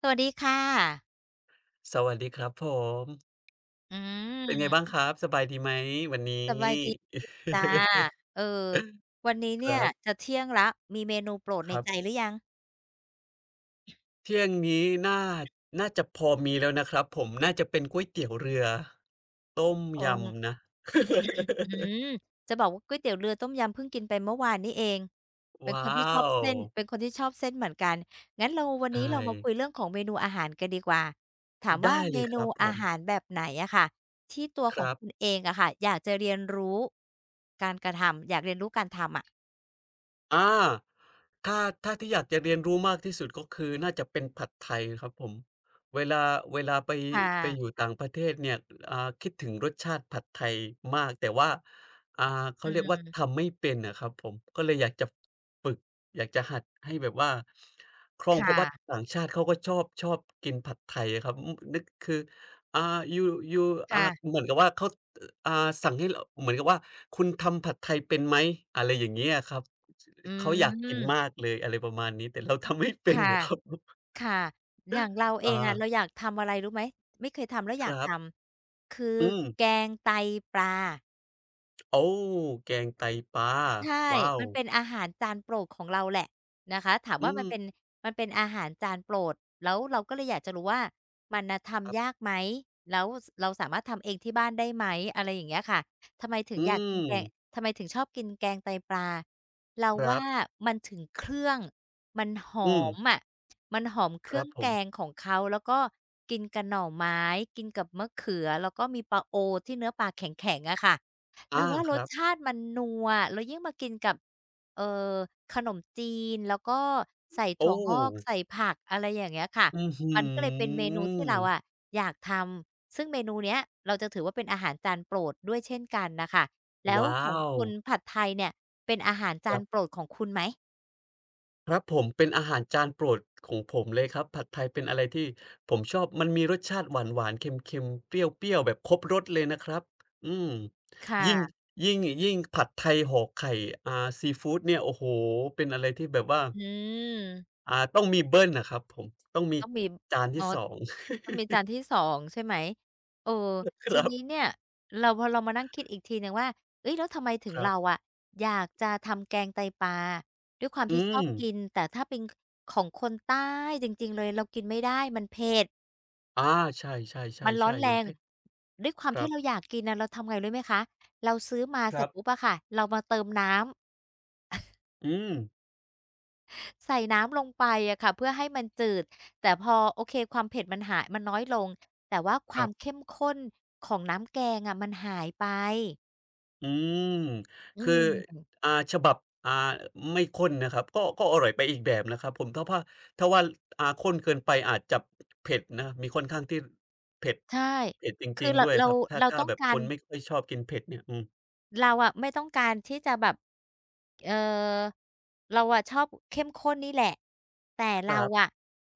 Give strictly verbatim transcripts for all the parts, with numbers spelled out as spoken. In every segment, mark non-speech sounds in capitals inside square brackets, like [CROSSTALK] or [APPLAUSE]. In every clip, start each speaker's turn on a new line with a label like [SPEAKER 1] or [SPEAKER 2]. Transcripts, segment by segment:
[SPEAKER 1] สวัสดีค่ะ
[SPEAKER 2] สวัสดีครับผม
[SPEAKER 1] อื
[SPEAKER 2] เป็นไงบ้าง
[SPEAKER 1] ม
[SPEAKER 2] ครับ สบายดีไหมวันนี้
[SPEAKER 1] สบายดีจ้ะ
[SPEAKER 2] [LAUGHS]
[SPEAKER 1] เออวันนี้
[SPEAKER 2] ค
[SPEAKER 1] เนี่ย
[SPEAKER 2] รับ
[SPEAKER 1] จะเที่ยงแล้วมีเมนูโปรด
[SPEAKER 2] ค
[SPEAKER 1] ใน
[SPEAKER 2] รับ
[SPEAKER 1] ใจหรือยัง
[SPEAKER 2] เที่ยงนี้น่าน่าจะพอมีแล้วนะครับผม น่าจะเป็นก๋วยเตี๋ยวเรือต้ม
[SPEAKER 1] โอ
[SPEAKER 2] ย
[SPEAKER 1] ง
[SPEAKER 2] ำนะ [LAUGHS]
[SPEAKER 1] ออืมจะบอกว่าก๋วยเตี๋ยวเรือต้มยำเพิ่งกินไปเมื่อวานนี้เอง เป็นค
[SPEAKER 2] ว้า
[SPEAKER 1] นที่ชอบ
[SPEAKER 2] ว
[SPEAKER 1] เส้น เป็นคนที่ชอบเส้นเหมือนกันงั้นเราวัน
[SPEAKER 2] ใช่
[SPEAKER 1] นี้เรามาคุยเรื่องของเมนูอาหารกันดีกว่าถามว่า
[SPEAKER 2] ได้
[SPEAKER 1] เม
[SPEAKER 2] เลยค
[SPEAKER 1] นู
[SPEAKER 2] รับผ
[SPEAKER 1] อา
[SPEAKER 2] ม
[SPEAKER 1] หารแบบไหนอะค่ะ ที่ตัว
[SPEAKER 2] ค
[SPEAKER 1] ของ
[SPEAKER 2] รับ
[SPEAKER 1] คุณเองอะค่ะอยากจะเรียนรู้การกระทำอยากเรียนรู้การทำอะ
[SPEAKER 2] อาถ้าถ้าที่อยากจะเรียนรู้มากที่สุดก็คือน่าจะเป็นผัดไทยครับผมเวลาเวลาไป
[SPEAKER 1] ค่ะ
[SPEAKER 2] ไปอยู่ต่างประเทศเนี่ยอ่าคิดถึงรสชาติผัดไทยมากแต่ว่าอ่า
[SPEAKER 1] อื
[SPEAKER 2] เขาเรียก
[SPEAKER 1] ม
[SPEAKER 2] ว่าทำไม่เป็นอะครับผมก็เลยอยากจะฝึกอยากจะหัดให้แบบว่าคล่อ
[SPEAKER 1] ค
[SPEAKER 2] งเพราะว่า
[SPEAKER 1] ่ะ
[SPEAKER 2] ต่างชาติเขาก็ชอบชอบกินผัดไทยอะครับอืมนึกคืออ่า you you อ่า
[SPEAKER 1] ค่ะ
[SPEAKER 2] เหมือนกับว่าเขาอ่าสั่งให้เราเหมือนกับว่าคุณทำผัดไทยเป็นไหม อะไรอย่างเงี้ยอะครับ
[SPEAKER 1] อื
[SPEAKER 2] เขาอยากกินมา
[SPEAKER 1] ม
[SPEAKER 2] กเลยอะไรประมาณนี้แต่เราทำไม่เป็น
[SPEAKER 1] ค่ะ
[SPEAKER 2] อะ [LAUGHS] ครับ
[SPEAKER 1] ค่ะ อย่างเราเองอะ
[SPEAKER 2] อา
[SPEAKER 1] เราอยากทำอะไรรู้ไหม ไม่เคยทำแล้วอ
[SPEAKER 2] ค
[SPEAKER 1] ยาก
[SPEAKER 2] รั
[SPEAKER 1] ท
[SPEAKER 2] บ
[SPEAKER 1] ำ คือ
[SPEAKER 2] อืม
[SPEAKER 1] แกงไตปลา
[SPEAKER 2] โอ้แกงไตปลา
[SPEAKER 1] ใช่
[SPEAKER 2] ว้าว
[SPEAKER 1] มันเป็นอาหารจานโปรดของเราแหละนะคะถาม
[SPEAKER 2] อื
[SPEAKER 1] ว่ามั
[SPEAKER 2] ม
[SPEAKER 1] นเป็นมันเป็นอาหารจานโปรดแล้วเราก็เลยอยากจะรู้ว่ามันน่ะ
[SPEAKER 2] ครั
[SPEAKER 1] ทำยา
[SPEAKER 2] บ
[SPEAKER 1] กไหมแล้วสเราสามารถทำเองที่บ้านได้ไหมอะไรอย่างเงี้ยค่ะทำไมถึง
[SPEAKER 2] อื
[SPEAKER 1] อยากกิน
[SPEAKER 2] ม
[SPEAKER 1] แกงทำไมถึงชอบกินแกงไตปลา เรา
[SPEAKER 2] ครั
[SPEAKER 1] ว่า
[SPEAKER 2] บ
[SPEAKER 1] มันถึงเครื่องมันห
[SPEAKER 2] อื
[SPEAKER 1] อ
[SPEAKER 2] ม
[SPEAKER 1] มอะมันหอมเค
[SPEAKER 2] ค
[SPEAKER 1] รื่
[SPEAKER 2] รั
[SPEAKER 1] อ
[SPEAKER 2] บ
[SPEAKER 1] ง
[SPEAKER 2] ผ
[SPEAKER 1] แก
[SPEAKER 2] ม
[SPEAKER 1] งของเขาแล้วก็กินกับหน่อไม้กินกับมะเขือแล้วก็มีปลาโอที่เนื้อปลาแข็งๆอะค่ะ เรา
[SPEAKER 2] อา
[SPEAKER 1] ว่า
[SPEAKER 2] ค
[SPEAKER 1] รส
[SPEAKER 2] รับ
[SPEAKER 1] ชาติมันนัวแล้วยิ่งมากินกับเอ่อขนมจีนแล้วก็ใส่ถั่
[SPEAKER 2] โอ้
[SPEAKER 1] วงอกใส่ผักอะไรอย่างเงี้ยค่ะ
[SPEAKER 2] อื้อฮื
[SPEAKER 1] มันก็เลยเป็นเมนูที่
[SPEAKER 2] อ
[SPEAKER 1] เราอะอยากทำซึ่งเมนูเนี้ยเราจะถือว่าเป็นอาหารจานโปรดด้วยเช่นกันน่ะค่ะแล้วข
[SPEAKER 2] ว้า
[SPEAKER 1] อง
[SPEAKER 2] ว
[SPEAKER 1] คุณผัดไทยเนี่ยเป็นอาหาร
[SPEAKER 2] ค
[SPEAKER 1] จาน
[SPEAKER 2] รั
[SPEAKER 1] โปร
[SPEAKER 2] บ
[SPEAKER 1] ดของคุณไหม
[SPEAKER 2] ครับผมเป็นอาหารจานโปรดของผมเลยครับผัดไทยเป็นอะไรที่ผมชอบมันมีรสชาติหวานๆเค็มๆเปรี้ยวๆแบบครบรสเลยนะครับอืม
[SPEAKER 1] ค
[SPEAKER 2] ยิ่ง
[SPEAKER 1] ่ะ
[SPEAKER 2] ยิ่งยิ่งผัดไทยห่อไข่อ่าซีฟูดเนี่ยโอ้โฮเป็นอะไรที่แบบว่า
[SPEAKER 1] อืม
[SPEAKER 2] อ่าต้องมีเบิลนนะครับผมต้องมี
[SPEAKER 1] ต้องมี
[SPEAKER 2] จาน
[SPEAKER 1] อ๋อ
[SPEAKER 2] ที่สอง
[SPEAKER 1] ต้องมีจานที่สองใช่ไหมเออ
[SPEAKER 2] [LAUGHS] ค
[SPEAKER 1] ที
[SPEAKER 2] รั
[SPEAKER 1] นี้
[SPEAKER 2] บ
[SPEAKER 1] เนี่ยเราพอเรามานั่งคิดอีกทีหนึ่งว่าเฮ้ยแล้วทำไมถึ
[SPEAKER 2] ค
[SPEAKER 1] ง
[SPEAKER 2] รั
[SPEAKER 1] เรา
[SPEAKER 2] บ
[SPEAKER 1] อะอยากจะทำแกงไตปลาด้วยความที่
[SPEAKER 2] อื
[SPEAKER 1] ชอ
[SPEAKER 2] ม
[SPEAKER 1] บกินแต่ถ้าเป็นของคนใต้จริงๆเลยเรากินไม่ได้มันเผ็ด
[SPEAKER 2] อาใช
[SPEAKER 1] มันร้อ
[SPEAKER 2] ่
[SPEAKER 1] น
[SPEAKER 2] ๆๆ
[SPEAKER 1] แร
[SPEAKER 2] ๆมัน
[SPEAKER 1] ง
[SPEAKER 2] เผ็ด
[SPEAKER 1] ด้วยความ
[SPEAKER 2] ครั
[SPEAKER 1] ที่
[SPEAKER 2] บ
[SPEAKER 1] เราอยากกินน่ะเราทำไงรู้ไหมคะเราซื้อมา
[SPEAKER 2] ค
[SPEAKER 1] เสร็
[SPEAKER 2] รั
[SPEAKER 1] จ
[SPEAKER 2] บ
[SPEAKER 1] ปุ๊บอะค่ะเรามาเติมน้ำ
[SPEAKER 2] อืม
[SPEAKER 1] ใส่น้ำลงไปอะค่ะเพื่อให้มันจืดแต่พอโอเคความเผ็ดมันหายมันน้อยลงแต่ว่าค
[SPEAKER 2] ค
[SPEAKER 1] วา
[SPEAKER 2] รั
[SPEAKER 1] ม
[SPEAKER 2] บ
[SPEAKER 1] เข้มข้นของน้ำแกงอะมันหายไป
[SPEAKER 2] อืม
[SPEAKER 1] อื
[SPEAKER 2] คือ
[SPEAKER 1] ม
[SPEAKER 2] อ่าฉบับอ่าไม่ข้นนะครับก็ก็อร่อยไปอีกแบบนะครับผมถ้าว่าถ้าว่าอ่าข้นเกินไปอาจจะเผ็ดนะมีค่อนข้างที่เผ็ด
[SPEAKER 1] ใช่
[SPEAKER 2] เผ็ดจ
[SPEAKER 1] คื
[SPEAKER 2] ริ
[SPEAKER 1] อ
[SPEAKER 2] งๆ
[SPEAKER 1] เรา
[SPEAKER 2] ด้วยค
[SPEAKER 1] เรา
[SPEAKER 2] รับถ้า
[SPEAKER 1] เรา
[SPEAKER 2] ถ้า
[SPEAKER 1] ต้อง
[SPEAKER 2] แบบ
[SPEAKER 1] กา
[SPEAKER 2] ค
[SPEAKER 1] ร
[SPEAKER 2] นไม่ค่อยชอบกินเผ็ดเนี่ยอืม
[SPEAKER 1] เราอะไม่ต้องการที่จะแบบเอ่อเราอะชอบเข้มข้นนี่แหละแต่
[SPEAKER 2] ค
[SPEAKER 1] เรา
[SPEAKER 2] รั
[SPEAKER 1] อะ
[SPEAKER 2] บ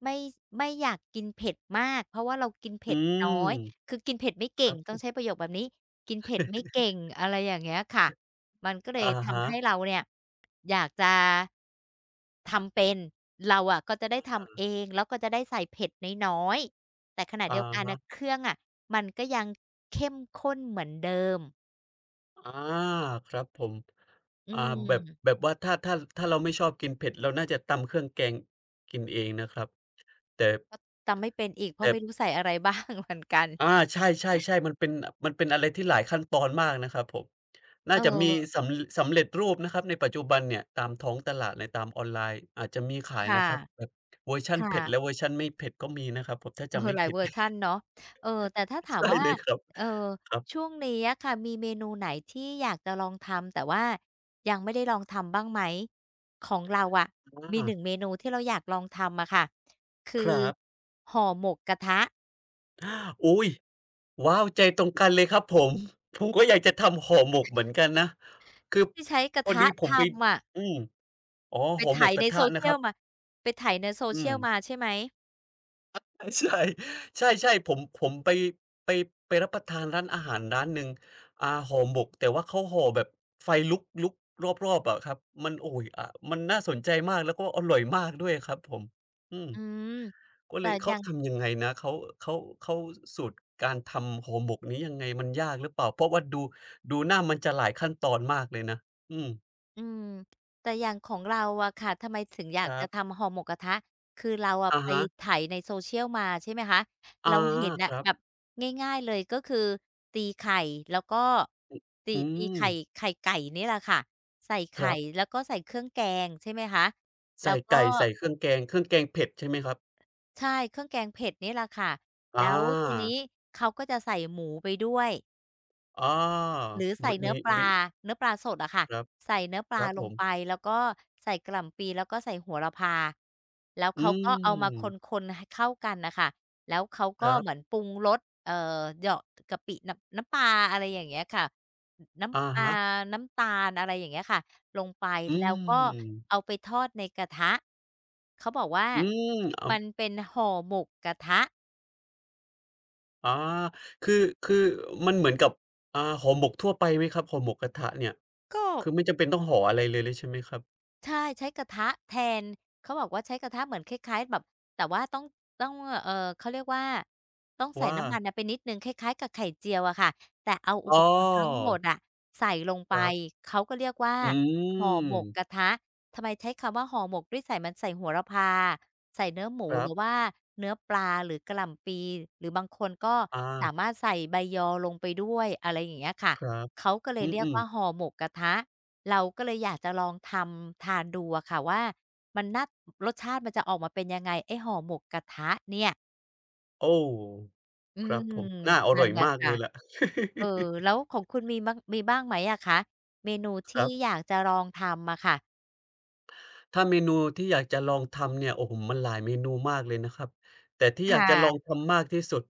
[SPEAKER 1] ไม่ไม่อยากกินเผ็ดมากเพราะว่าเรากินเผ็ด
[SPEAKER 2] อื
[SPEAKER 1] น้อ
[SPEAKER 2] ม
[SPEAKER 1] ยคือกินเผ็ดไม่
[SPEAKER 2] ค
[SPEAKER 1] เก่ง
[SPEAKER 2] รับผ
[SPEAKER 1] ต้องใช้
[SPEAKER 2] ม
[SPEAKER 1] ประโยคแบบนี้กินเผ็ดไม่เก่งอะไรอย่างเงี้ยค่ะมันก็เลย
[SPEAKER 2] อะ
[SPEAKER 1] ทำ
[SPEAKER 2] ฮะ
[SPEAKER 1] ให้เราเนี่ยอยากจะทำเป็นเราอะก็จะได้ทำเองแล้วก็จะได้ใส่เผ็ดน้อยๆแต่ขณะ
[SPEAKER 2] อะ
[SPEAKER 1] เดียวกัน
[SPEAKER 2] ฮะ
[SPEAKER 1] น่ะเครื่องอะมันก็ยังเข้มข้นเหมือนเดิม
[SPEAKER 2] อาครับผม
[SPEAKER 1] อื
[SPEAKER 2] อ่าแบบแบ
[SPEAKER 1] ม
[SPEAKER 2] บว่าถ้าถ้าถ้าเราไม่ชอบกินเผ็ดเราน่าจะตำเครื่องแกงกินเองนะครับแต่
[SPEAKER 1] ก็จำไม่เป็นอีกเพราะ
[SPEAKER 2] แต่
[SPEAKER 1] ไม่รู้ใส่อะไร [LAUGHS] บ้างเหมือนกัน
[SPEAKER 2] อาใช่ๆๆมันเป็นมันเป็นอะไรที่หลายขั้นตอนมากนะครับผมน่า
[SPEAKER 1] เอ
[SPEAKER 2] จะมีส
[SPEAKER 1] อ
[SPEAKER 2] ำสำเร็จรูปนะครับในปัจจุบันเนี่ยตามท้องตลาดในตามออนไลน์อาจจะมีขายนะ
[SPEAKER 1] ค่ะ
[SPEAKER 2] ครับแบบเวอร์ชันเผ็ดและเว
[SPEAKER 1] ค่ะ
[SPEAKER 2] อร์ชันไม่เผ็ดก็มีนะครับผมถ้า
[SPEAKER 1] เอ
[SPEAKER 2] จำ
[SPEAKER 1] อ
[SPEAKER 2] ไม่
[SPEAKER 1] หลาย
[SPEAKER 2] ผิด
[SPEAKER 1] เวอร์ชันเนาะเออแต่ถ้า
[SPEAKER 2] [LAUGHS]
[SPEAKER 1] ถาม
[SPEAKER 2] ใช่
[SPEAKER 1] ว่า
[SPEAKER 2] เลยครับ
[SPEAKER 1] เอ่อ
[SPEAKER 2] ครับ
[SPEAKER 1] ช่วงนี้อะค่ะมีเมนูไหนที่อยากจะลองทำแต่ว่ายังไม่ได้ลองทำบ้างไหมของเราอะมีห
[SPEAKER 2] อา
[SPEAKER 1] นึ่งเมนูที่เราอยากลองทำอะค่ะคื
[SPEAKER 2] ค
[SPEAKER 1] อ
[SPEAKER 2] รับ
[SPEAKER 1] ห่อหมกกระทะ
[SPEAKER 2] อุ๊ยว้าวใจตรงกันเลยครับผมผมก็อยากจะทำห่อหมกเหมือนกันนะคือ
[SPEAKER 1] ที่ใช้กระ
[SPEAKER 2] พอ
[SPEAKER 1] ทะ
[SPEAKER 2] ดีผมไป
[SPEAKER 1] ทำอะ
[SPEAKER 2] อืมอ๋อ
[SPEAKER 1] ไป
[SPEAKER 2] ห่อ
[SPEAKER 1] ไถ
[SPEAKER 2] หมกก
[SPEAKER 1] ใน
[SPEAKER 2] ระทะนะครั
[SPEAKER 1] social
[SPEAKER 2] บ
[SPEAKER 1] มาไปไถใน
[SPEAKER 2] อืม
[SPEAKER 1] social มาใช่ไหม
[SPEAKER 2] ใช่ใช่ใช่ๆผมผมไปไปไปรับประทานร้านอาหารร้านหนึ่งอ่าห่อหมกแต่ว่าเขาห่อแบบไฟลุกลุกรอบๆอะครับมันโอ้โฮอ่ามันน่าสนใจมากแล้วก็อร่อยมากด้วยครับผมอืม
[SPEAKER 1] อืม
[SPEAKER 2] ก็เล
[SPEAKER 1] แต่
[SPEAKER 2] ยเขา
[SPEAKER 1] ยัง
[SPEAKER 2] ทำยังไงนะเขาเขาเขาสูตรการทำห่อหมกนี้ยังไงมันยากหรือเปล่าเพราะว่าดูดูหน้ามันจะหลายขั้นตอนมากเลยนะอืม
[SPEAKER 1] อืมแต่อย่างของเราอะค่ะทำไมถึงอยา
[SPEAKER 2] ค
[SPEAKER 1] ก
[SPEAKER 2] รั
[SPEAKER 1] จะ
[SPEAKER 2] บ
[SPEAKER 1] ทำห่อหมกกระทะคือเราอะ
[SPEAKER 2] อะ
[SPEAKER 1] ไป
[SPEAKER 2] ฮะ
[SPEAKER 1] ไถใน social มาใช่ไหมคะ
[SPEAKER 2] อา
[SPEAKER 1] เราเห็น
[SPEAKER 2] ค
[SPEAKER 1] น่ะ
[SPEAKER 2] รับ
[SPEAKER 1] แบบง่ายๆเลยก็คือตีไข่แล้วก็ตี
[SPEAKER 2] อื
[SPEAKER 1] ตี
[SPEAKER 2] ม
[SPEAKER 1] ไข่ไข่ไก่นี่แหละค่ะใส่
[SPEAKER 2] ค
[SPEAKER 1] ไข่
[SPEAKER 2] รับ
[SPEAKER 1] แล้วก็ใส่เครื่องแกงใช่ไหมคะแล้
[SPEAKER 2] ใส่
[SPEAKER 1] วก็
[SPEAKER 2] ไก่ใส่เครื่องแกงเครื่องแกงเผ็ดใช่ไหมครับ
[SPEAKER 1] ใช่เครื่องแกงเผ็ดนี่แหละค่ะ
[SPEAKER 2] อา
[SPEAKER 1] แล้วทีนี้เขาก็จะใส่หมูไปด้วย
[SPEAKER 2] อา
[SPEAKER 1] หรือ
[SPEAKER 2] ม
[SPEAKER 1] ใส่เนื้อ
[SPEAKER 2] มี
[SPEAKER 1] ปลา
[SPEAKER 2] มี
[SPEAKER 1] เนื้อปลาสดอะค่ะ
[SPEAKER 2] ครับ
[SPEAKER 1] ใส่เนื้อป
[SPEAKER 2] ค
[SPEAKER 1] ลา
[SPEAKER 2] รับ
[SPEAKER 1] ล
[SPEAKER 2] ผ
[SPEAKER 1] ง
[SPEAKER 2] ม
[SPEAKER 1] ไปแล้วก็ใส่กะหล่ำปีแล้วก็ใส่โหระพาแล้ว
[SPEAKER 2] อื
[SPEAKER 1] เขาก็เอามาค
[SPEAKER 2] ม
[SPEAKER 1] นๆให้เข้ากันน่ะค่ะแล้วเขา
[SPEAKER 2] ค
[SPEAKER 1] ก็
[SPEAKER 2] รั
[SPEAKER 1] เหมือน
[SPEAKER 2] บ
[SPEAKER 1] ปรุงรสเอ่อเหยาะกะปิน้ำน้ำปลาอะไรอย่างเงี้ยค่ะน
[SPEAKER 2] อะ
[SPEAKER 1] น้ำปลา
[SPEAKER 2] ฮะ
[SPEAKER 1] น้ำตาลอะไรอย่างเงี้ยค่ะลงไป
[SPEAKER 2] อื
[SPEAKER 1] แล้วก็
[SPEAKER 2] ม
[SPEAKER 1] เอาไปทอดในกระทะเขาบอกว่า
[SPEAKER 2] อืม
[SPEAKER 1] มัน
[SPEAKER 2] อำ
[SPEAKER 1] เป็นห่อหมกกระทะ
[SPEAKER 2] อาคือคือมันเหมือนกับอ่าห่อหมกทั่วไปไหมครับห่อหมกกระทะเนี่ย
[SPEAKER 1] ก็
[SPEAKER 2] คือไม่จำเป็นต้องห่ออะไรเลยเลยใช่ไหมครับ
[SPEAKER 1] ใช่ใช้กระทะแทนเขาบอกว่าใช้กระทะเหมือนคล้ายๆแบบแต่ว่าต้องต้องเอ่อเขาเรียกว่าต้องใส่
[SPEAKER 2] ว่า
[SPEAKER 1] น้ำมันน่ะไปนิดหนึ่งคล้ายๆกับไข่เจียวอะค่ะแต่เอาอุ
[SPEAKER 2] อ้
[SPEAKER 1] ป
[SPEAKER 2] อ
[SPEAKER 1] กรณ์ทั้งหมดอะใส่ลงไป
[SPEAKER 2] ครับ
[SPEAKER 1] เขาก็เรียกว่า
[SPEAKER 2] อื
[SPEAKER 1] ห่อห
[SPEAKER 2] ม
[SPEAKER 1] มกกระทะทำไมใช้คำว่าห่อหมกด้วยใส่มันใส่โหระพาใส่เนื้อหมู
[SPEAKER 2] ครั
[SPEAKER 1] หรือ
[SPEAKER 2] บ
[SPEAKER 1] ว่าเนื้อปลาหรือกะหล่ำปีหรือบางคนก็สา
[SPEAKER 2] อา
[SPEAKER 1] มารถใส่ใบยอลงไปด้วยอะไรอย่างเงี้ยค่ะ
[SPEAKER 2] ครับ
[SPEAKER 1] เขาก็เล
[SPEAKER 2] อื
[SPEAKER 1] ยเรียก
[SPEAKER 2] ม
[SPEAKER 1] ว่าห่
[SPEAKER 2] ๆ
[SPEAKER 1] อหมกกระทะ เราก็เลยอยากจะลองทำทานดูอะค่ะว่ามันน่ารสชาติมันจะออกมาเป็นยังไงไอ้ห่อหมกกระทะเนี่ย
[SPEAKER 2] โอ้
[SPEAKER 1] อื
[SPEAKER 2] ครับ
[SPEAKER 1] ม
[SPEAKER 2] ผมน่าอร่
[SPEAKER 1] นั่
[SPEAKER 2] อ
[SPEAKER 1] น
[SPEAKER 2] ย
[SPEAKER 1] แหละ
[SPEAKER 2] มากเล
[SPEAKER 1] ค่ะ
[SPEAKER 2] ยแหละ [LAUGHS]
[SPEAKER 1] เออแล้วของคุณมีบ้างมีบ้างไหมอะคะเมนู
[SPEAKER 2] ค
[SPEAKER 1] ที่
[SPEAKER 2] รับ
[SPEAKER 1] อยากจะลองทำอะค่ะ
[SPEAKER 2] ถ้าเมนูที่อยากจะลองทำเนี่ยโอ้โฮมันหลายเมนูมากเลยนะครับแต่ที่อยา
[SPEAKER 1] ค่
[SPEAKER 2] กจะลอง
[SPEAKER 1] ะ
[SPEAKER 2] ทำมากที่สุด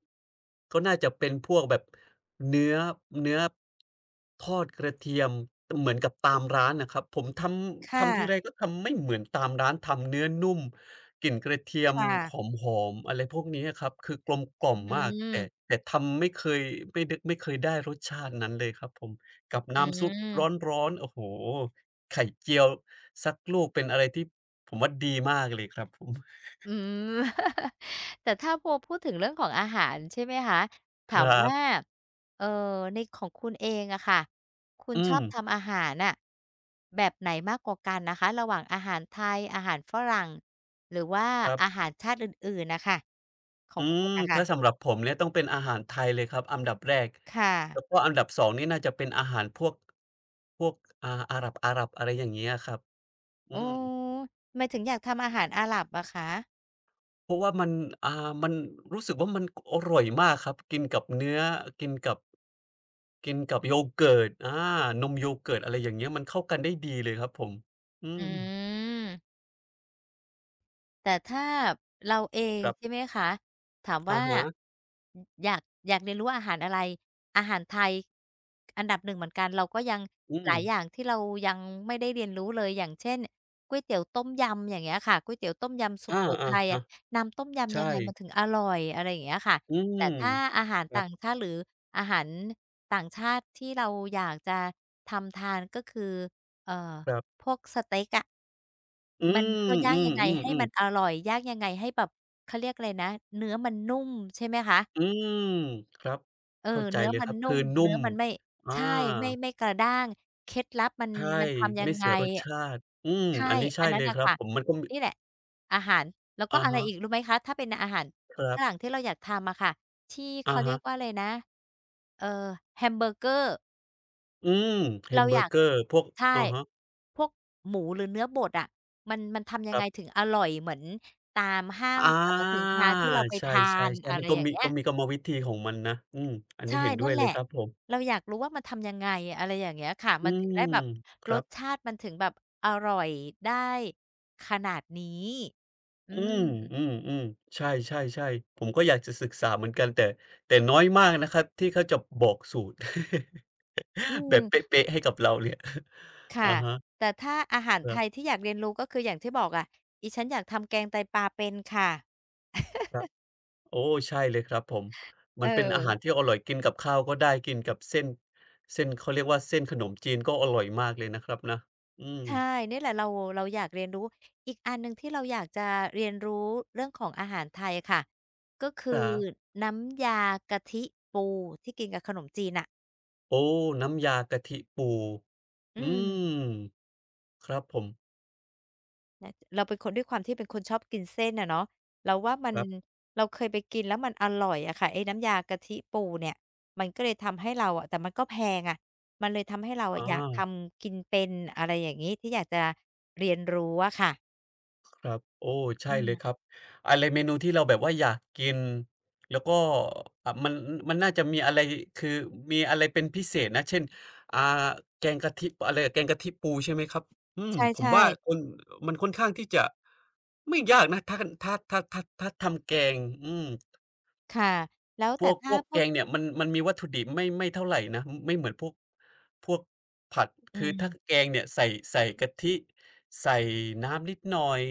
[SPEAKER 2] ก็น่าจะเป็นพวกแบบเนื้อเนื้อทอดกระเทียมเหมือนกับตามร้านน่ะครับผมทำ
[SPEAKER 1] ค่ะ
[SPEAKER 2] ทำทีไรก็ทำไม่เหมือนตามร้านทำเนื้อนุ่มกลิ่นกระเทียม
[SPEAKER 1] ค่ะ
[SPEAKER 2] หอมๆอะไรพวกนี้อะครับคือกลมกล่อ
[SPEAKER 1] อื
[SPEAKER 2] มมากแต่
[SPEAKER 1] ม
[SPEAKER 2] แต่ทำไม่เคยไม่ดไม่เคยได้รสชาตินั้นเลยครับผมกับ
[SPEAKER 1] อื
[SPEAKER 2] น้ำซุปร
[SPEAKER 1] ม
[SPEAKER 2] ้อนๆโอ้โฮ ไข่เจียวสักลูกเป็นอะไรที่ผมว่าดีมากเลยครับผม [LAUGHS]
[SPEAKER 1] อืม [LAUGHS] แต่ถ้าพอพูดถึงเรื่องของอาหารใช่ไหมคะ
[SPEAKER 2] ค
[SPEAKER 1] ถาม
[SPEAKER 2] รั
[SPEAKER 1] ว่า
[SPEAKER 2] บ
[SPEAKER 1] เออในของคุณเองอะค่ะคุณ
[SPEAKER 2] อื
[SPEAKER 1] ชอ
[SPEAKER 2] ม
[SPEAKER 1] บทำอาหารน่ะแบบไหนมากกว่ากันนะคะระหว่างอาหารไทยอาหารฝรั่งหรือว่า
[SPEAKER 2] ครั
[SPEAKER 1] อา
[SPEAKER 2] บ
[SPEAKER 1] หารชาติอื่นๆนะคะขอ
[SPEAKER 2] อื
[SPEAKER 1] ง
[SPEAKER 2] ม
[SPEAKER 1] คุณนะค่ะ
[SPEAKER 2] ถ้าสำหรับผมเนี่ยต้องเป็นอาหารไทยเลยครับอันดับแรก
[SPEAKER 1] ค่ะ
[SPEAKER 2] แล้วก็อันดับสองนี่น่าจะเป็นอาหารพวกพวกอ่าอาหรับอาหรับอะไรอย่างเงี้ยครับอื
[SPEAKER 1] อ
[SPEAKER 2] ม
[SPEAKER 1] อทำไมถึงอยากทำอาหารอาหรับอะคะ
[SPEAKER 2] เพราะว่ามันอ่ามันรู้สึกว่ามันอร่อยมากครับกินกับเนื้อกินกับกินกับโยเกิร์ตอานมโยเกิร์ตอะไรอย่างเงี้ยมันเข้ากันได้ดีเลยครับผมอื
[SPEAKER 1] อื
[SPEAKER 2] ม
[SPEAKER 1] ม แต่ถ้าเราเอง
[SPEAKER 2] ครั
[SPEAKER 1] ใช่
[SPEAKER 2] บ
[SPEAKER 1] ไหมคะถาม
[SPEAKER 2] อะ
[SPEAKER 1] ว่า
[SPEAKER 2] ฮะ
[SPEAKER 1] อยากอยากเรียนรู้อาหารอะไรอาหารไทยอันดับหนึ่งเหมือนกันเราก็ยัง
[SPEAKER 2] อื
[SPEAKER 1] ห
[SPEAKER 2] ม
[SPEAKER 1] ลายอย่างที่เรายังไม่ได้เรียนรู้เลยอย่างเช่นก๋วยเตี๋ยวต้มยำอย่างเงี้ยค่ะก๋วยเตี๋ยวต้มยำสุโข
[SPEAKER 2] อาๆ
[SPEAKER 1] ทัย
[SPEAKER 2] ครั
[SPEAKER 1] อะ
[SPEAKER 2] บ
[SPEAKER 1] น้ำต้มยำยัง
[SPEAKER 2] ใช่
[SPEAKER 1] ไงมันถึงอร่อยอะไรอย่างเงี้ยค่ะ
[SPEAKER 2] อืม
[SPEAKER 1] แต่ถ้าอาหาร
[SPEAKER 2] ค
[SPEAKER 1] ต่างชาติหรืออาหารต่างชาติที่เราอยากจะทำทานก็คือเอ่อ
[SPEAKER 2] รับ
[SPEAKER 1] พ
[SPEAKER 2] ๆ
[SPEAKER 1] วกสเต็กอะ
[SPEAKER 2] อื
[SPEAKER 1] มันเขาย่างยังไงให้
[SPEAKER 2] ม
[SPEAKER 1] มั
[SPEAKER 2] ๆ
[SPEAKER 1] น
[SPEAKER 2] ๆ
[SPEAKER 1] อ
[SPEAKER 2] ๆ
[SPEAKER 1] ร่อยย่างยังไงให้แบบเขาเรียกอะไรนะเนื้อมันนุ่มใช่ไหมคะ
[SPEAKER 2] อืมครับ
[SPEAKER 1] เออ
[SPEAKER 2] เข้าใจ
[SPEAKER 1] เนื้อ
[SPEAKER 2] เลย
[SPEAKER 1] มั
[SPEAKER 2] ค
[SPEAKER 1] น
[SPEAKER 2] รับ
[SPEAKER 1] นุ่
[SPEAKER 2] คือ
[SPEAKER 1] ม
[SPEAKER 2] นุ่
[SPEAKER 1] เนื้อ
[SPEAKER 2] ม
[SPEAKER 1] มันไม่
[SPEAKER 2] อา
[SPEAKER 1] ใช่ไม่ไม่กระด้างเคล็ดลับมัน
[SPEAKER 2] ใช่
[SPEAKER 1] มันทำยัง
[SPEAKER 2] ไม่
[SPEAKER 1] ไง
[SPEAKER 2] เสียรสชาติอืม
[SPEAKER 1] ใช่
[SPEAKER 2] อันนี้ใช่
[SPEAKER 1] อันนั้
[SPEAKER 2] เล
[SPEAKER 1] น
[SPEAKER 2] ย
[SPEAKER 1] น่ะ
[SPEAKER 2] ครับ
[SPEAKER 1] ค่ะ
[SPEAKER 2] ผมมันก็มี
[SPEAKER 1] นี่แหละอาหารแล้วก็
[SPEAKER 2] อะ
[SPEAKER 1] อะไร
[SPEAKER 2] ฮะ
[SPEAKER 1] อีกรู้ไหมคะถ้าเป็นอาหาร
[SPEAKER 2] ครั
[SPEAKER 1] ฝ
[SPEAKER 2] บ
[SPEAKER 1] รั่งที่เราอยากทำอะค่ะที่
[SPEAKER 2] อะ
[SPEAKER 1] เขาเรี
[SPEAKER 2] ฮะ
[SPEAKER 1] ยกว่าอะไรนะเอ่อแฮมเบอร์เกอร์
[SPEAKER 2] อืมแฮ
[SPEAKER 1] เรา
[SPEAKER 2] มเบ
[SPEAKER 1] อ
[SPEAKER 2] อ
[SPEAKER 1] ยา
[SPEAKER 2] ร์
[SPEAKER 1] ก
[SPEAKER 2] เกอร์พวก
[SPEAKER 1] ใช่
[SPEAKER 2] อะฮะ
[SPEAKER 1] พวกหมูหรือเนื้อบดอะมันมันทำยั
[SPEAKER 2] ค
[SPEAKER 1] ง
[SPEAKER 2] รั
[SPEAKER 1] ไงถึ
[SPEAKER 2] บ
[SPEAKER 1] งอร่อยเหมือนตามห้าง
[SPEAKER 2] อา
[SPEAKER 1] สรรพสินค้าที่เราไป
[SPEAKER 2] ใช่
[SPEAKER 1] ทาน
[SPEAKER 2] ๆ
[SPEAKER 1] อะ
[SPEAKER 2] ๆ
[SPEAKER 1] ไร
[SPEAKER 2] มันก็
[SPEAKER 1] อย่าง
[SPEAKER 2] มี
[SPEAKER 1] เงี้ย
[SPEAKER 2] ก็มีกรรมวิธีของมันนะอืมอันนี้
[SPEAKER 1] ใช่
[SPEAKER 2] เห็นด้
[SPEAKER 1] นั่
[SPEAKER 2] วย
[SPEAKER 1] นแห
[SPEAKER 2] เล
[SPEAKER 1] ละ
[SPEAKER 2] ยครับผม
[SPEAKER 1] เราอยากรู้ว่ามันทำยังไงอะไรอย่างเงี้ยค่ะ
[SPEAKER 2] อื
[SPEAKER 1] มันถึงได้แบ
[SPEAKER 2] ม
[SPEAKER 1] บ
[SPEAKER 2] ค
[SPEAKER 1] ร
[SPEAKER 2] รั
[SPEAKER 1] ส
[SPEAKER 2] บ
[SPEAKER 1] ชาติมันถึงแบบอร่อยได้ขนาดนี้อื
[SPEAKER 2] อืม
[SPEAKER 1] ม
[SPEAKER 2] อืมอืมใช่ๆๆผมก็อยากจะศึกษาเหมือนกันแต่แต่น้อยมากนะครับที่เขาจะบอกสูตร
[SPEAKER 1] อื
[SPEAKER 2] [LAUGHS] แบ
[SPEAKER 1] ม
[SPEAKER 2] บเป๊ะๆให้กับเราเนี่ย [LAUGHS] อะ
[SPEAKER 1] ค่ะ
[SPEAKER 2] ฮะ
[SPEAKER 1] แต่ถ้าอาหาร
[SPEAKER 2] ค
[SPEAKER 1] ไท
[SPEAKER 2] รั
[SPEAKER 1] ย
[SPEAKER 2] บ
[SPEAKER 1] ที่อยากเรียนรู้ก็คืออย่างที่บอกอะดิฉันอยากทำแกงไตปลาเป็นค่ะ
[SPEAKER 2] ครับโอ้ใช่เลยครับผม
[SPEAKER 1] เ
[SPEAKER 2] มันเป็นอาหาร
[SPEAKER 1] ออ
[SPEAKER 2] ที่อร่อยกินกับข้าวก็ได้กินกับเส้นเส้นเขาเรียกว่าเส้นขนมจีนก็อร่อยมากเลยนะครับนะอืม
[SPEAKER 1] ใช่นี่แหละเราเราอยากเรียนรู้อีกอันหนึ่งที่เราอยากจะเรียนรู้เรื่องของอาหารไทยค่ะก็คือ
[SPEAKER 2] ครับ
[SPEAKER 1] น้ำยากะทิปูที่กินกับขนมจีนน่ะ
[SPEAKER 2] โอ้น้ำยากะทิปู
[SPEAKER 1] อื
[SPEAKER 2] อื
[SPEAKER 1] ม
[SPEAKER 2] มครับผม
[SPEAKER 1] นะเราเป็นคนด้วยความที่เป็นคนชอบกินเส้นอะเนาะเราว่ามัน
[SPEAKER 2] ครับ
[SPEAKER 1] เราเคยไปกินแล้วมันอร่อยอะค่ะไอ้น้ำยากะทิปูเนี่ยมันก็เลยทำให้เราอะแต่มันก็แพงอะมันเลยทำให้เราอะ
[SPEAKER 2] อา
[SPEAKER 1] อยากทำกินเป็นอะไรอย่างงี้ที่อยากจะเรียนรู้อะค่ะ
[SPEAKER 2] ครับโอ้
[SPEAKER 1] อื
[SPEAKER 2] ใช่เลยครั
[SPEAKER 1] ม
[SPEAKER 2] บอะไรเมนูที่เราแบบว่าอยากกินแล้วก็อ่ามันมันน่าจะมีอะไรคือมีอะไรเป็นพิเศษนะเช่นอ่าแกงกะทิอะไรอะแกงกะทิปูใช่ไหมครับอื
[SPEAKER 1] ใ
[SPEAKER 2] มผม
[SPEAKER 1] ช่
[SPEAKER 2] ว่าค
[SPEAKER 1] ๆ
[SPEAKER 2] นมันค่อนข้างที่จะไม่ยากนะถ้าถ้าถ้าถ้าถ้าทำแกงอืม
[SPEAKER 1] ค่ะแล้ว
[SPEAKER 2] พ
[SPEAKER 1] แต่
[SPEAKER 2] วกพ
[SPEAKER 1] ถ้า
[SPEAKER 2] วก
[SPEAKER 1] พู
[SPEAKER 2] แก
[SPEAKER 1] ด
[SPEAKER 2] งเนี่ยมันมันมีวัตถุดิบไม่ไม่เท่าไรนะไม่เหมือนพวกพวกผัด
[SPEAKER 1] อื
[SPEAKER 2] คือถ้าแก
[SPEAKER 1] ม
[SPEAKER 2] งเนี่ยใส่ใส่กะทิใส่น้ำนิดหน่อย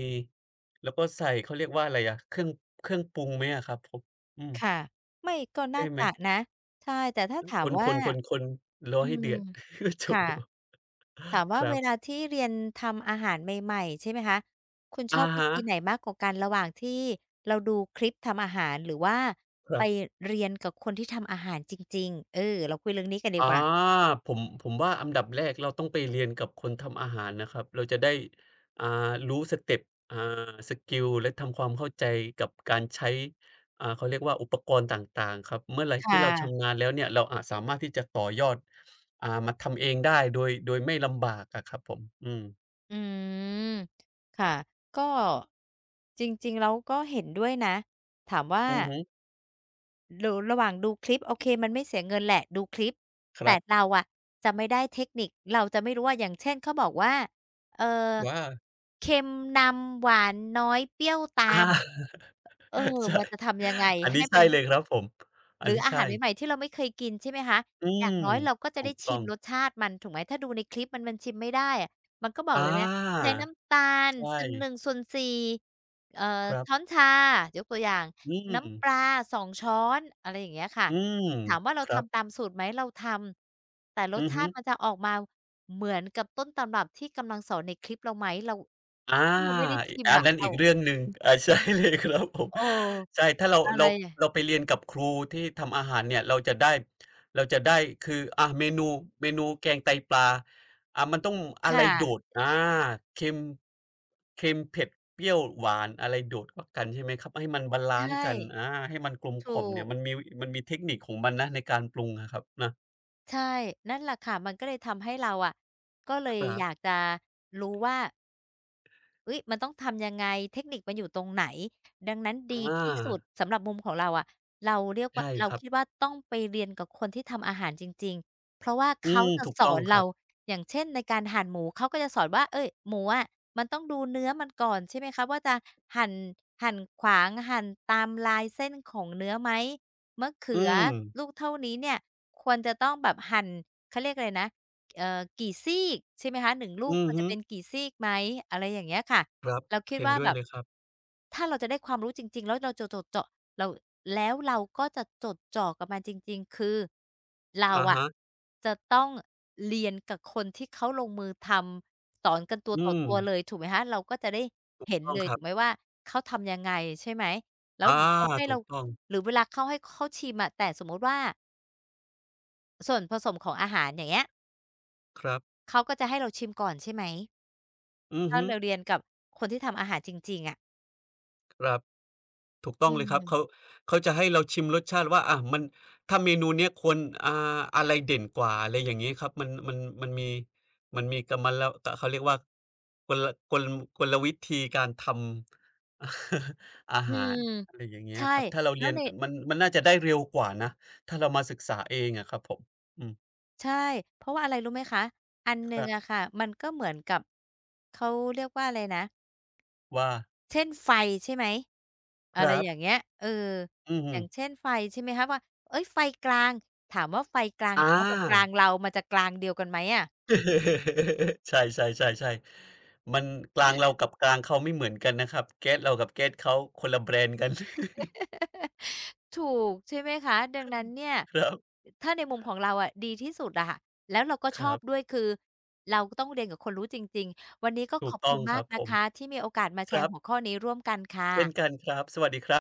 [SPEAKER 2] แล้วก็ใส่เขาเรียกว่าอะไรอะเครื่องเครื่องปรุงไหมอะครับผมอืม
[SPEAKER 1] ค่ะไม่ก็
[SPEAKER 2] ใช่
[SPEAKER 1] น่า
[SPEAKER 2] ไหม
[SPEAKER 1] จะนะใช่ แต่ถ้าถา
[SPEAKER 2] ค
[SPEAKER 1] มว่า
[SPEAKER 2] นๆๆๆรอ
[SPEAKER 1] อื
[SPEAKER 2] ให้เดือ
[SPEAKER 1] ม
[SPEAKER 2] ด [LAUGHS] โอ้
[SPEAKER 1] ค่ะ
[SPEAKER 2] โฮ
[SPEAKER 1] ถาม
[SPEAKER 2] ค
[SPEAKER 1] ว่า
[SPEAKER 2] รั
[SPEAKER 1] เวลา
[SPEAKER 2] บ
[SPEAKER 1] ที่เรียนทำอาหารใหม่ๆใช่ไหมคะคุณชอ
[SPEAKER 2] อะ
[SPEAKER 1] บวิ
[SPEAKER 2] ฮะ
[SPEAKER 1] ธีไหนมากกว่ากันระหว่างที่เราดูคลิปทำอาหารหรือว่า
[SPEAKER 2] ค
[SPEAKER 1] ไป
[SPEAKER 2] รับ
[SPEAKER 1] เรียนกับคนที่ทำอาหารจริงๆเออเราคุยเรื่องนี้กันดี
[SPEAKER 2] อา
[SPEAKER 1] กว่า
[SPEAKER 2] ผมผมว่าอันดับแรกเราต้องไปเรียนกับคนทำอาหารนะครับเราจะได้อ่ารู้สเต็ปอ่าสกิลและทำความเข้าใจกับการใช้อ่าเขาเรียกว่าอุปกรณ์ต่างๆครับเมื่อไร
[SPEAKER 1] ค
[SPEAKER 2] ที่เราชำ
[SPEAKER 1] ่ะ
[SPEAKER 2] นาญแล้วเนี่ยเราอาจสามารถที่จะต่อยอดอ่ามาทำเองได้โดยโดยไม่ลำบากอะครับผมอืม
[SPEAKER 1] อืมค่ะก็จริงๆแล้วก็เห็นด้วยนะถามว่า
[SPEAKER 2] อือฮึ
[SPEAKER 1] หรอระหว่างดูคลิปโอเคมันไม่เสียเงินแหละดูคลิป
[SPEAKER 2] ค
[SPEAKER 1] แต่
[SPEAKER 2] รั
[SPEAKER 1] เรา
[SPEAKER 2] บ
[SPEAKER 1] อะจะไม่ได้เทคนิคเราจะไม่รู้ว่าอย่างเช่นเขาบอกว่าเอ่อ
[SPEAKER 2] ว่า
[SPEAKER 1] เค็มนำหวานน้อยเปรี้ยว
[SPEAKER 2] [LAUGHS] อ
[SPEAKER 1] ตาม
[SPEAKER 2] า
[SPEAKER 1] เออ
[SPEAKER 2] ใช่
[SPEAKER 1] มันจะทำยังไง
[SPEAKER 2] อัน
[SPEAKER 1] ให้
[SPEAKER 2] นี้
[SPEAKER 1] มั
[SPEAKER 2] ใช่
[SPEAKER 1] น
[SPEAKER 2] เลยครับผม
[SPEAKER 1] ห
[SPEAKER 2] อั
[SPEAKER 1] รื
[SPEAKER 2] น
[SPEAKER 1] อ
[SPEAKER 2] นี้
[SPEAKER 1] อาหารใหม่
[SPEAKER 2] ใช่
[SPEAKER 1] ๆที่เราไม่เคยกินใช่ไหมคะ
[SPEAKER 2] อื
[SPEAKER 1] อย่าง
[SPEAKER 2] ม
[SPEAKER 1] น้อยเราก็จะ
[SPEAKER 2] ถู
[SPEAKER 1] ได้
[SPEAKER 2] ก
[SPEAKER 1] ชิ
[SPEAKER 2] ต้อ
[SPEAKER 1] ม
[SPEAKER 2] ง
[SPEAKER 1] รสชาติมันถูกไหม ถ้าดูในคลิปมันมันชิมไม่ได้อะมันก็บอก
[SPEAKER 2] อา
[SPEAKER 1] เลยนะใช้น้ำตาล
[SPEAKER 2] ใช่
[SPEAKER 1] ส่วนหนึ่งส่วนสี่เอ่อ
[SPEAKER 2] ครั
[SPEAKER 1] ช้อน
[SPEAKER 2] บ
[SPEAKER 1] ชายกตัวอย่าง
[SPEAKER 2] อืม
[SPEAKER 1] น้ำปลาสองช้อนอะไรอย่างเงี้ยค่ะ
[SPEAKER 2] อืม
[SPEAKER 1] ถามว่าเรา
[SPEAKER 2] ครับ
[SPEAKER 1] ทำตามสูตรไหมเราทำแต่รส
[SPEAKER 2] อือ
[SPEAKER 1] ชา
[SPEAKER 2] ฮึ
[SPEAKER 1] ติมันจะออกมาเหมือนกับต้นตำรับที่กำลังสอนในคลิปเราไหมเรา
[SPEAKER 2] อา
[SPEAKER 1] ถ้าเราไม่ได้
[SPEAKER 2] อิ
[SPEAKER 1] ชิม
[SPEAKER 2] อัน
[SPEAKER 1] อะ
[SPEAKER 2] นั้น
[SPEAKER 1] เรา
[SPEAKER 2] อีกเรื่องหนึ่งอา [LAUGHS] ใช่เลยครับผม
[SPEAKER 1] เออ
[SPEAKER 2] ใช่ ถ้าเรา
[SPEAKER 1] อะไร
[SPEAKER 2] เรา
[SPEAKER 1] อะ
[SPEAKER 2] เราไปเรียนกับครูที่ทำอาหารเนี่ยเราจะได้เราจะได้คืออาเมนูเมนูแกงไตปลาอามันต้องอะไร
[SPEAKER 1] ค่ะ
[SPEAKER 2] โดดอาเค็มเค็มเผ็ดเปรี้ยวหวานอะไรโดดกว่ากันใช่ไหมครับให้มันบาลันซ์
[SPEAKER 1] ใช่
[SPEAKER 2] กันอาให้มันกลมก
[SPEAKER 1] ถู
[SPEAKER 2] ล่อมเนี่
[SPEAKER 1] ก
[SPEAKER 2] ยมันมีมันมีเทคนิคของมันนะในการปรุงอะครับนะ
[SPEAKER 1] ใช่นั่นแหละค่ะมันก็เลยทำให้เราอะก็เล
[SPEAKER 2] ค
[SPEAKER 1] ย
[SPEAKER 2] รั
[SPEAKER 1] อยาก
[SPEAKER 2] บ
[SPEAKER 1] จะรู้ว่า อุ๊ยมันต้องทำยังไงเทคนิคมันอยู่ตรงไหนดังนั้นดี
[SPEAKER 2] อา
[SPEAKER 1] ที่สุดสำหรับมุมของเราอะเราเรียกว่า
[SPEAKER 2] ใช่
[SPEAKER 1] เรา
[SPEAKER 2] ครับ
[SPEAKER 1] คิดว่าต้องไปเรียนกับคนที่ทำอาหารจริงๆเพราะว่า
[SPEAKER 2] อื
[SPEAKER 1] เขา
[SPEAKER 2] ม
[SPEAKER 1] จะ
[SPEAKER 2] ถูก
[SPEAKER 1] ส
[SPEAKER 2] ต้
[SPEAKER 1] อ
[SPEAKER 2] อง
[SPEAKER 1] น
[SPEAKER 2] ค
[SPEAKER 1] เรา
[SPEAKER 2] รับ
[SPEAKER 1] อย่างเช่นในการหั่นหมูเขาก็จะสอนว่าเฮ้ยหมูอะมันต้องดูเนื้อมันก่อนใช่ไหมคะว่าจะหั่นหั่นขวางหั่นตามลายเส้นของเนื้อไหมมะเขื
[SPEAKER 2] อื
[SPEAKER 1] อ
[SPEAKER 2] ม
[SPEAKER 1] ลูกเท่านี้เนี่ยควรจะต้องแบบหั่นเขาเรียกอะไรนะ เอ่อกี่ซีกใช่ไหมคะหนึ่งลูก
[SPEAKER 2] อื
[SPEAKER 1] ค
[SPEAKER 2] อ
[SPEAKER 1] วรจะ
[SPEAKER 2] ฮึ
[SPEAKER 1] เป็นกี่ซีกไหมอะไรอย่างเงี้ยค่ะ
[SPEAKER 2] ครับ
[SPEAKER 1] เราคิด
[SPEAKER 2] เห็น
[SPEAKER 1] ว่า
[SPEAKER 2] ด้ว
[SPEAKER 1] แบ
[SPEAKER 2] ย
[SPEAKER 1] บ
[SPEAKER 2] เลยครับ
[SPEAKER 1] ถ้าเราจะได้ความรู้จริงๆแล้วเราจะจดเจาะเราแล้วเราก็จะจดจ่อกับมันจริงๆคือเรา
[SPEAKER 2] อะ
[SPEAKER 1] อะ
[SPEAKER 2] ฮะ
[SPEAKER 1] จะต้องเรียนกับคนที่เขาลงมือทำสอนกันตัว
[SPEAKER 2] อื
[SPEAKER 1] ต่อ
[SPEAKER 2] ม
[SPEAKER 1] ตัวเลยถูกไหมคะเราก็จะได้เห็น
[SPEAKER 2] ต้อ
[SPEAKER 1] เล
[SPEAKER 2] ง
[SPEAKER 1] ย
[SPEAKER 2] ครั
[SPEAKER 1] ถูกไหม
[SPEAKER 2] บ
[SPEAKER 1] ว่าเขาทำยังไงใช่ไหมแล้วห
[SPEAKER 2] อา
[SPEAKER 1] รือเขาให้
[SPEAKER 2] ถู
[SPEAKER 1] เรา
[SPEAKER 2] กต้อง
[SPEAKER 1] หรือเวลาเขาให้เขาชิมอะแต่สมมุติว่าส่วนผสมของอาหารอย่างเงี้ย
[SPEAKER 2] ครับ
[SPEAKER 1] เขาก็จะให้เราชิมก่อนใช่ไหม
[SPEAKER 2] อือ
[SPEAKER 1] ถ้า
[SPEAKER 2] ฮึ
[SPEAKER 1] เราเรียนกับคนที่ทำอาหารจริงๆอะ
[SPEAKER 2] ครับ ถูกต้อง
[SPEAKER 1] อื
[SPEAKER 2] เลยครับเขา
[SPEAKER 1] ม
[SPEAKER 2] เขาจะให้เราชิมรสชาติว่าอ่ามันถ้าเมนูเนี้ยควรอ่าอะไรเด่นกว่าอะไรอย่างงี้ครับมันมันมันมีมันมีกรรมละกเขาเรียกว่ากลกลกลวิธีการทำ [LAUGHS] อา
[SPEAKER 1] อื
[SPEAKER 2] หาร
[SPEAKER 1] ม
[SPEAKER 2] อะไรอย่างเงี้ย
[SPEAKER 1] ใช่
[SPEAKER 2] ครับถ้าเรา
[SPEAKER 1] แล้
[SPEAKER 2] เรีย
[SPEAKER 1] ว
[SPEAKER 2] น
[SPEAKER 1] ใน
[SPEAKER 2] มันมันน่าจะได้เร็วกว่านะถ้าเรามาศึกษาเองอะครับผมอืม
[SPEAKER 1] ใช่ เพราะว่าอะไรรู้ไหมคะ อันห
[SPEAKER 2] ค
[SPEAKER 1] นึ่ง
[SPEAKER 2] รั
[SPEAKER 1] อะ
[SPEAKER 2] บ
[SPEAKER 1] ค่ะ มันก็เหมือนกับเขาเรียกว่าอะไรนะ
[SPEAKER 2] ว่า
[SPEAKER 1] เช่นไฟใช่ไหม
[SPEAKER 2] ค
[SPEAKER 1] อะไร
[SPEAKER 2] รั
[SPEAKER 1] อย่าง
[SPEAKER 2] บ
[SPEAKER 1] เงี้ยเออ
[SPEAKER 2] อือ
[SPEAKER 1] อ
[SPEAKER 2] ฮึ
[SPEAKER 1] ย่างเช่นไฟใช่ไหมคะว่าเฮ้ยไฟกลาง ถามว่าไฟกลาง
[SPEAKER 2] อ
[SPEAKER 1] เขากับกลาง
[SPEAKER 2] า
[SPEAKER 1] เรามันจะกลางเดียวกันไหมอะ
[SPEAKER 2] [LAUGHS] ใช่ๆๆๆมันกลางเรากับกลางเขาไม่เหมือนกันนะครับแก๊สเรากับแก๊สเขาคนละแบรนด์กัน [LAUGHS]
[SPEAKER 1] [LAUGHS] ถูกใช่ไหมคะดังนั้นเนี่ย
[SPEAKER 2] ครับ
[SPEAKER 1] ถ้าในมุมของเราอ่ะดีที่สุดอะค่ะแล้วเราก็
[SPEAKER 2] ค
[SPEAKER 1] ชอ
[SPEAKER 2] รั
[SPEAKER 1] บด้วย
[SPEAKER 2] บ
[SPEAKER 1] คือเราก็ต้องเรียนกับคนรู้จริงๆวันนี้ก็
[SPEAKER 2] ถู
[SPEAKER 1] ข
[SPEAKER 2] ก
[SPEAKER 1] อบ
[SPEAKER 2] ต้
[SPEAKER 1] คุ
[SPEAKER 2] อง
[SPEAKER 1] ณ
[SPEAKER 2] ค
[SPEAKER 1] มาก
[SPEAKER 2] รับผ
[SPEAKER 1] นะ
[SPEAKER 2] ม
[SPEAKER 1] คะที่มีโอกาสมาแช
[SPEAKER 2] ครั
[SPEAKER 1] ร์หัวข้
[SPEAKER 2] บ
[SPEAKER 1] อนี้ร่วมกัน
[SPEAKER 2] เช่น
[SPEAKER 1] ค่ะ
[SPEAKER 2] กันครับสวัสดีครับ